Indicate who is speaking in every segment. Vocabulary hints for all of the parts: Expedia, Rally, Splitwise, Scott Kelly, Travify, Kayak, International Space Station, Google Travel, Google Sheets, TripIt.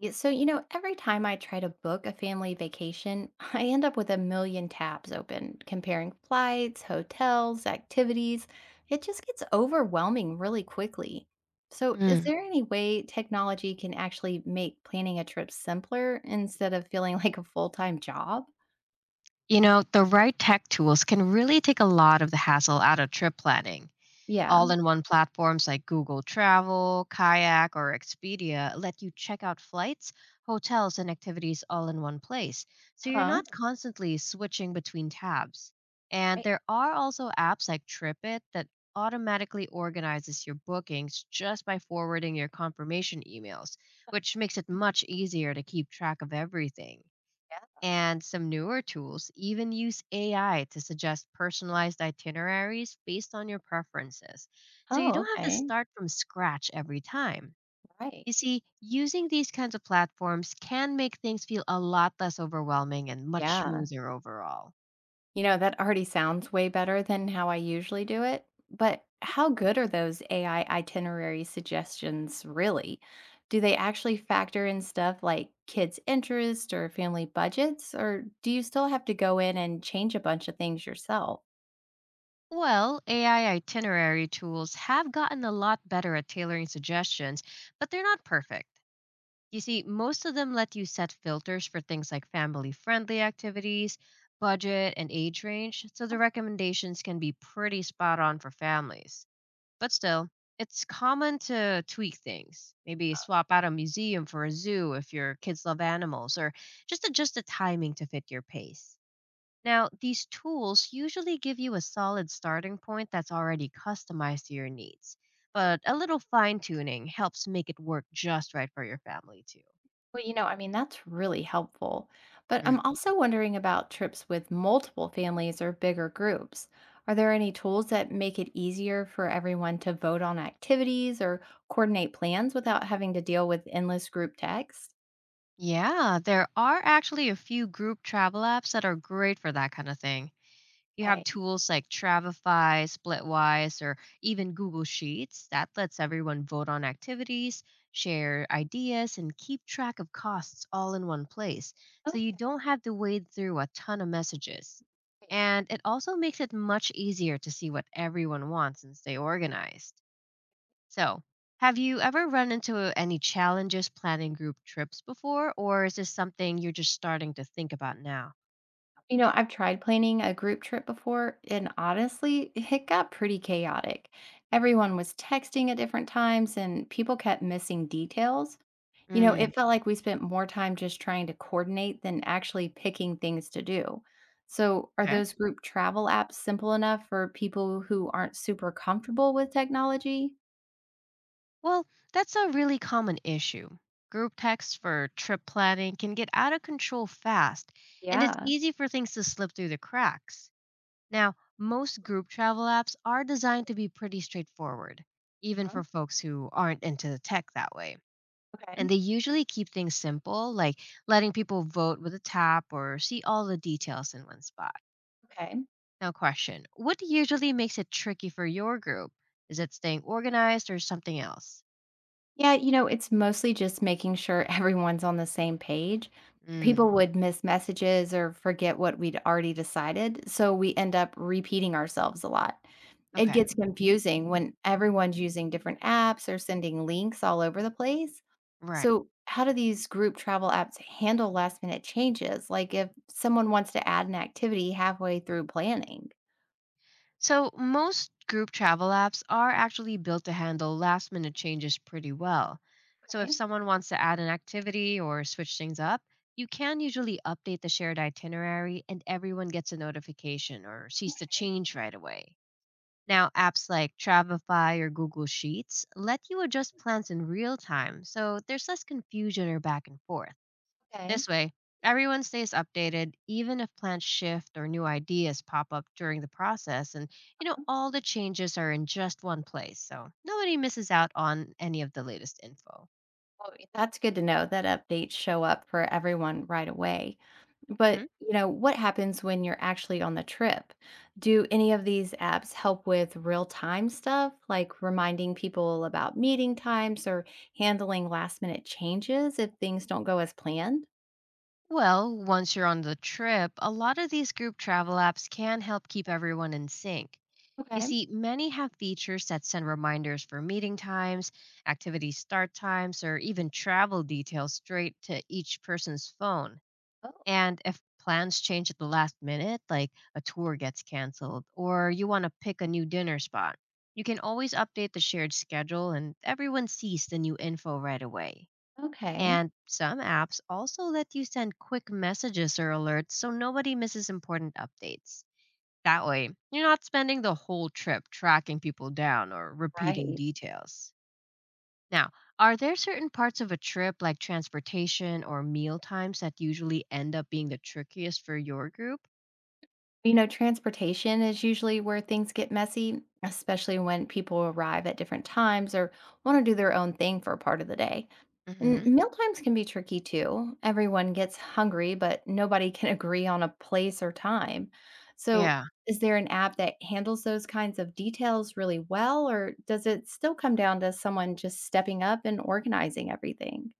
Speaker 1: Hey, every time I try to book a family vacation, I end up with a million tabs open, comparing flights, hotels, activities. It just gets overwhelming really quickly. So, is
Speaker 2: Mm.
Speaker 1: there any way technology can actually make planning a trip simpler instead of feeling like a full time job?
Speaker 2: You know, the right tech tools can really take a lot of the hassle out of trip planning. All
Speaker 1: Yeah.
Speaker 2: in one platforms like Google Travel, Kayak, or Expedia let you check out flights, hotels, and activities all in one place. So
Speaker 1: Uh
Speaker 2: you're
Speaker 1: huh.
Speaker 2: not constantly switching between tabs. And
Speaker 1: Right.
Speaker 2: there are also apps like TripIt that automatically organizes your bookings just by forwarding your confirmation emails, which makes it much easier to keep track of everything.
Speaker 1: Yeah.
Speaker 2: And some newer tools even use AI to suggest personalized itineraries based on your preferences. So you
Speaker 1: Oh,
Speaker 2: don't have to
Speaker 1: okay.
Speaker 2: start from scratch every time.
Speaker 1: Right.
Speaker 2: You see, using these kinds of platforms can make things feel a lot less overwhelming and much
Speaker 1: Yeah.
Speaker 2: smoother overall.
Speaker 1: That already sounds way better than how I usually do it, but how good are those AI itinerary suggestions really? Do they actually factor in stuff like kids' interest or family budgets, or do you still have to go in and change a bunch of things yourself?
Speaker 2: Well, AI itinerary tools have gotten a lot better at tailoring suggestions, but they're not perfect. You see, most of them let you set filters for things like family friendly activities, budget, and age range, so the recommendations can be pretty spot on for families. But still, it's common to tweak things. Maybe swap out a museum for a zoo if your kids love animals, or just adjust the timing to fit your pace. Now, these tools usually give you a solid starting point that's already customized to your needs, but a little fine tuning helps make it work just right for your family, too.
Speaker 1: Well, that's really helpful. But I'm
Speaker 2: Mm.
Speaker 1: Mhm. also wondering about trips with multiple families or bigger groups. Are there any tools that make it easier for everyone to vote on activities or coordinate plans without having to deal with endless group text?
Speaker 2: Yeah, there are actually a few group travel apps that are great for that kind of thing. You have
Speaker 1: Okay.
Speaker 2: tools like Travify, Splitwise, or even Google Sheets that lets everyone vote on activities, share ideas, and keep track of costs all in one place. So you
Speaker 1: Okay.
Speaker 2: don't have to wade through a ton of messages. And it also makes it much easier to see what everyone wants and stay organized. So, have you ever run into any challenges planning group trips before, or is this something you're just starting to think about now?
Speaker 1: I've tried planning a group trip before, and honestly, it got pretty chaotic. Everyone was texting at different times, and people kept missing details.
Speaker 2: Mm,
Speaker 1: It felt like we spent more time just trying to coordinate than actually picking things to do. So, are
Speaker 2: okay.
Speaker 1: those group travel apps simple enough for people who aren't super comfortable with technology?
Speaker 2: Well, that's a really common issue. Group texts for trip planning can get out of control fast, and it's
Speaker 1: Yeah.
Speaker 2: easy for things to slip through the cracks. Now, most group travel apps are designed to be pretty straightforward, even
Speaker 1: Huh?
Speaker 2: for folks who aren't into the tech that way.
Speaker 1: Okay.
Speaker 2: And they usually keep things simple, like letting people vote with a tap or see all the details in one spot.
Speaker 1: Okay.
Speaker 2: Now, question. What usually makes it tricky for your group? Is it staying organized or something else?
Speaker 1: Yeah, it's mostly just making sure everyone's on the same page. People
Speaker 2: Mm,
Speaker 1: would miss messages or forget what we'd already decided, so we end up repeating ourselves a lot. It
Speaker 2: okay,
Speaker 1: gets confusing when everyone's using different apps or sending links all over the place.
Speaker 2: right.
Speaker 1: So, how do these group travel apps handle last minute changes? Like if someone wants to add an activity halfway through planning?
Speaker 2: So, most group travel apps are actually built to handle last minute changes pretty well. So, if
Speaker 1: Okay.
Speaker 2: someone wants to add an activity or switch things up, you can usually update the shared itinerary and everyone gets a notification or sees the change right away. Now, apps like Travify or Google Sheets let you adjust plans in real time, so there's less confusion or back and forth.
Speaker 1: Okay.
Speaker 2: This way, everyone stays updated, even if plans shift or new ideas pop up during the process. And, you know, all the changes are in just one place, so nobody misses out on any of the latest info.
Speaker 1: Well, that's good to know that updates show up for everyone right away.
Speaker 2: Mhm.
Speaker 1: But what happens when you're actually on the trip? Do any of these apps help with real time stuff, like reminding people about meeting times or handling last minute changes if things don't go as planned?
Speaker 2: Well, once you're on the trip, a lot of these group travel apps can help keep everyone in sync. You
Speaker 1: Okay.
Speaker 2: see, many have features that send reminders for meeting times, activity start times, or even travel details straight to each person's phone.
Speaker 1: Oh,
Speaker 2: And if plans change at the last minute, like a tour gets canceled or you want to pick a new dinner spot, you can always update the shared schedule and everyone sees the new info right away.
Speaker 1: okay.
Speaker 2: And some apps also let you send quick messages or alerts so nobody misses important updates. That way, you're not spending the whole trip tracking people down or repeating
Speaker 1: Right.
Speaker 2: details. Now, are there certain parts of a trip like transportation or meal times that usually end up being the trickiest for your group?
Speaker 1: Transportation is usually where things get messy, especially when people arrive at different times or want to do their own thing for part of the day. And
Speaker 2: Hmm.
Speaker 1: meal times can be tricky too. Everyone gets hungry, but nobody can agree on a place or time. So,
Speaker 2: Yeah.
Speaker 1: is there an app that handles those kinds of details really well, or does it still come down to someone just stepping up and organizing everything?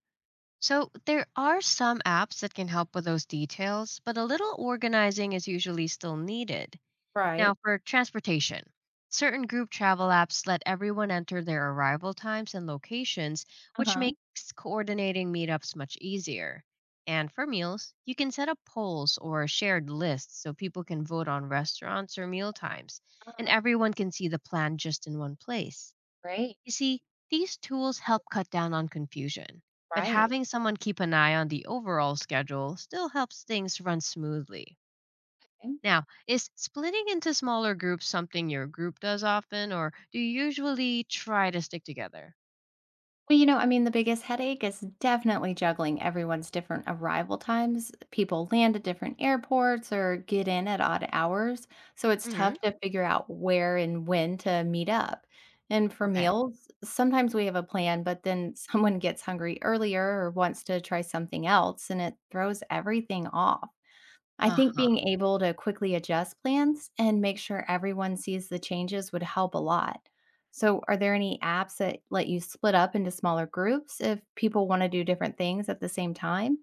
Speaker 2: So there are some apps that can help with those details, but a little organizing is usually still needed. Now,
Speaker 1: Right.
Speaker 2: for transportation, certain group travel apps let everyone enter their arrival times and locations,
Speaker 1: Uh huh.
Speaker 2: which
Speaker 1: Uh-huh.
Speaker 2: makes coordinating meetups much easier. And for meals, you can set up polls or shared lists so people can vote on restaurants or meal times, and
Speaker 1: Uh-huh.
Speaker 2: everyone can see the plan just in one place.
Speaker 1: Great.
Speaker 2: You see, these tools help cut down on confusion, but
Speaker 1: Right.
Speaker 2: having someone keep an eye on the overall schedule still helps things run smoothly. Now, is splitting into smaller groups something your group does often, or do you usually try to stick together?
Speaker 1: Well, the biggest headache is definitely juggling everyone's different arrival times. People land at different airports or get in at odd hours. So it's
Speaker 2: Hmm.
Speaker 1: tough to figure out where and when to meet up. And for
Speaker 2: Okay.
Speaker 1: meals, sometimes we have a plan, but then someone gets hungry earlier or wants to try something else and it throws everything off. I
Speaker 2: Uh
Speaker 1: think
Speaker 2: huh.
Speaker 1: being able to quickly adjust plans and make sure everyone sees the changes would help a lot. So, are there any apps that let you split up into smaller groups if people want to do different things at the same time?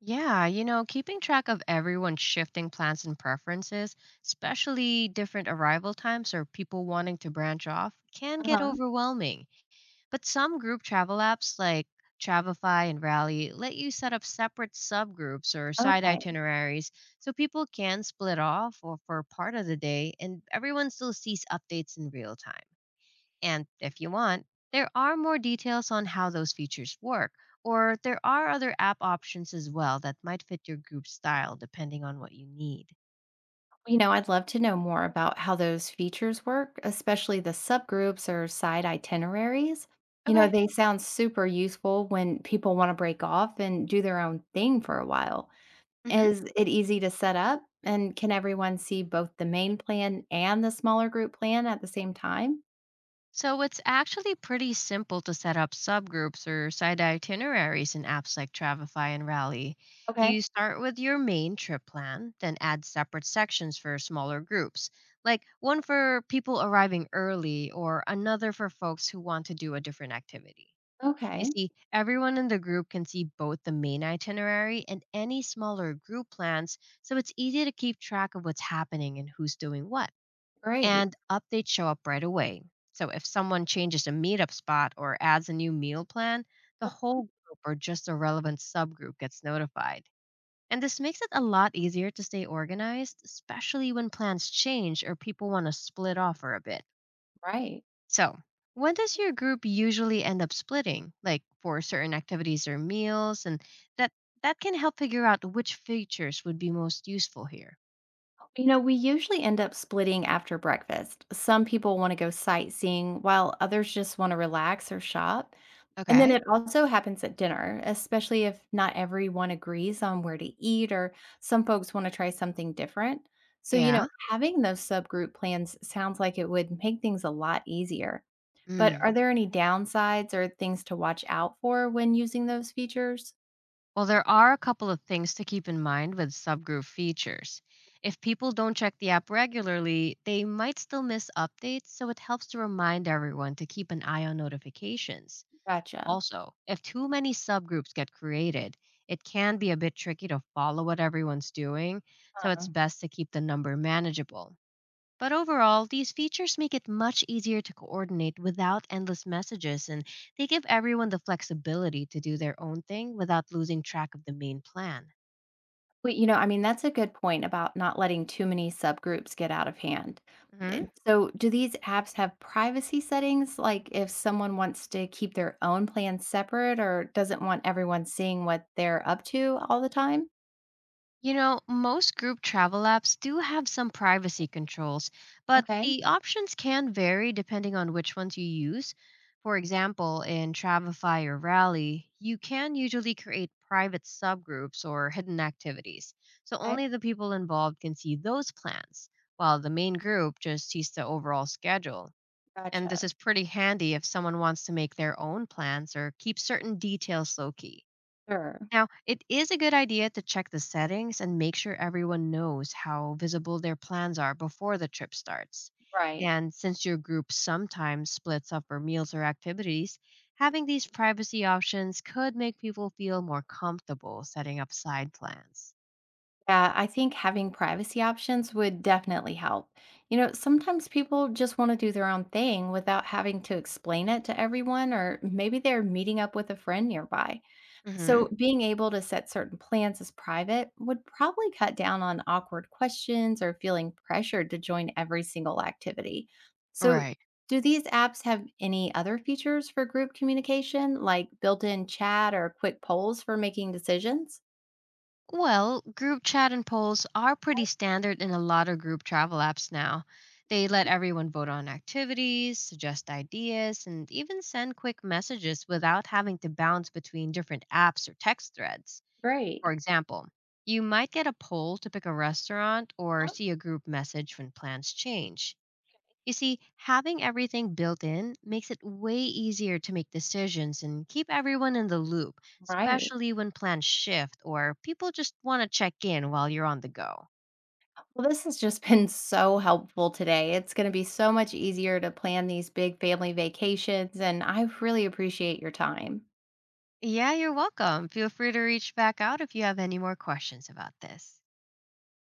Speaker 2: Yeah, you know, keeping track of everyone's shifting plans and preferences, especially different arrival times or people wanting to branch off, can get
Speaker 1: Uh-huh.
Speaker 2: overwhelming. But some group travel apps like Travelify and Rally let you set up separate subgroups or side
Speaker 1: Okay.
Speaker 2: itineraries so people can split off or for part of the day and everyone still sees updates in real time. And if you want, there are more details on how those features work, or there are other app options as well that might fit your group style depending on what you need.
Speaker 1: I'd love to know more about how those features work, especially the subgroups or side itineraries.
Speaker 2: Okay.
Speaker 1: They sound super useful when people want to break off and do their own thing for a while.
Speaker 2: Hmm.
Speaker 1: Is it easy to set up, and can everyone see both the main plan and the smaller group plan at the same time?
Speaker 2: So it's actually pretty simple to set up subgroups or side itineraries in apps like Travify and Rally.
Speaker 1: Okay.
Speaker 2: You start with your main trip plan, then add separate sections for smaller groups, like one for people arriving early or another for folks who want to do a different activity. You
Speaker 1: Okay.
Speaker 2: see, everyone in the group can see both the main itinerary and any smaller group plans, so it's easy to keep track of what's happening and who's doing what
Speaker 1: Great.
Speaker 2: and updates show up right away. So if someone changes a meetup spot or adds a new meal plan, the whole group or just a relevant subgroup gets notified. And this makes it a lot easier to stay organized, especially when plans change or people want to split off for a bit.
Speaker 1: Right.
Speaker 2: So, when does your group usually end up splitting, like for certain activities or meals? And that that can help figure out which features would be most useful here.
Speaker 1: We usually end up splitting after breakfast. Some people want to go sightseeing while others just want to relax or shop. And then
Speaker 2: Okay.
Speaker 1: it also happens at dinner, especially if not everyone agrees on where to eat or some folks wanna try something different. So,
Speaker 2: Yeah.
Speaker 1: having those subgroup plans sounds like it would make things a lot easier. But
Speaker 2: Mm.
Speaker 1: are there any downsides or things to watch out for when using those features?
Speaker 2: Well, there are a couple of things to keep in mind with subgroup features. If people don't check the app regularly, they might still miss updates, so it helps to remind everyone to keep an eye on notifications.
Speaker 1: Gotcha.
Speaker 2: Also, if too many subgroups get created, it can be a bit tricky to follow what everyone's doing, so it's best to keep the number manageable. But overall, these features make it much easier to coordinate without endless messages, and they give everyone the flexibility to do their own thing without losing track of the main plan.
Speaker 1: Well, that's a good point about not letting too many subgroups get out of hand.
Speaker 2: Hmm.
Speaker 1: And so, do these apps have privacy settings? Like, if someone wants to keep their own plans separate or doesn't want everyone seeing what they're up to all the time?
Speaker 2: You know, most group travel apps do have some privacy controls, but
Speaker 1: Okay.
Speaker 2: the options can vary depending on which ones you use. For example, in Travify or Rally, you can usually create private subgroups or hidden activities. So
Speaker 1: Okay.
Speaker 2: only the people involved can see those plans, while the main group just sees the overall schedule. And this
Speaker 1: Gotcha.
Speaker 2: is pretty handy if someone wants to make their own plans or keep certain details low key.
Speaker 1: Sure.
Speaker 2: Now, it is a good idea to check the settings and make sure everyone knows how visible their plans are before the trip starts.
Speaker 1: Right.
Speaker 2: And since your group sometimes splits up for meals or activities, having these privacy options could make people feel more comfortable setting up side plans.
Speaker 1: Yeah. I think having privacy options would definitely help. Sometimes people just want to do their own thing without having to explain it to everyone, or maybe they're meeting up with a friend nearby.
Speaker 2: Hmm.
Speaker 1: So, being able to set certain plans as private would probably cut down on awkward questions or feeling pressured to join every single activity. So,
Speaker 2: Right.
Speaker 1: do these apps have any other features for group communication, like built in chat or quick polls for making decisions?
Speaker 2: Well, group chat and polls are pretty standard in a lot of group travel apps now. They let everyone vote on activities, suggest ideas, and even send quick messages without having to bounce between different apps or text threads. For
Speaker 1: Great.
Speaker 2: example, you might get a poll to pick a restaurant or
Speaker 1: Oh,
Speaker 2: see a group message when plans change. You see, having everything built in makes it way easier to make decisions and keep everyone in the loop,
Speaker 1: Right.
Speaker 2: especially when plans shift or people just want to check in while you're on the go.
Speaker 1: Well, this has just been so helpful today. It's going to be so much easier to plan these big family vacations, and I really appreciate your time.
Speaker 2: Yeah, you're welcome. Feel free to reach back out if you have any more questions about this.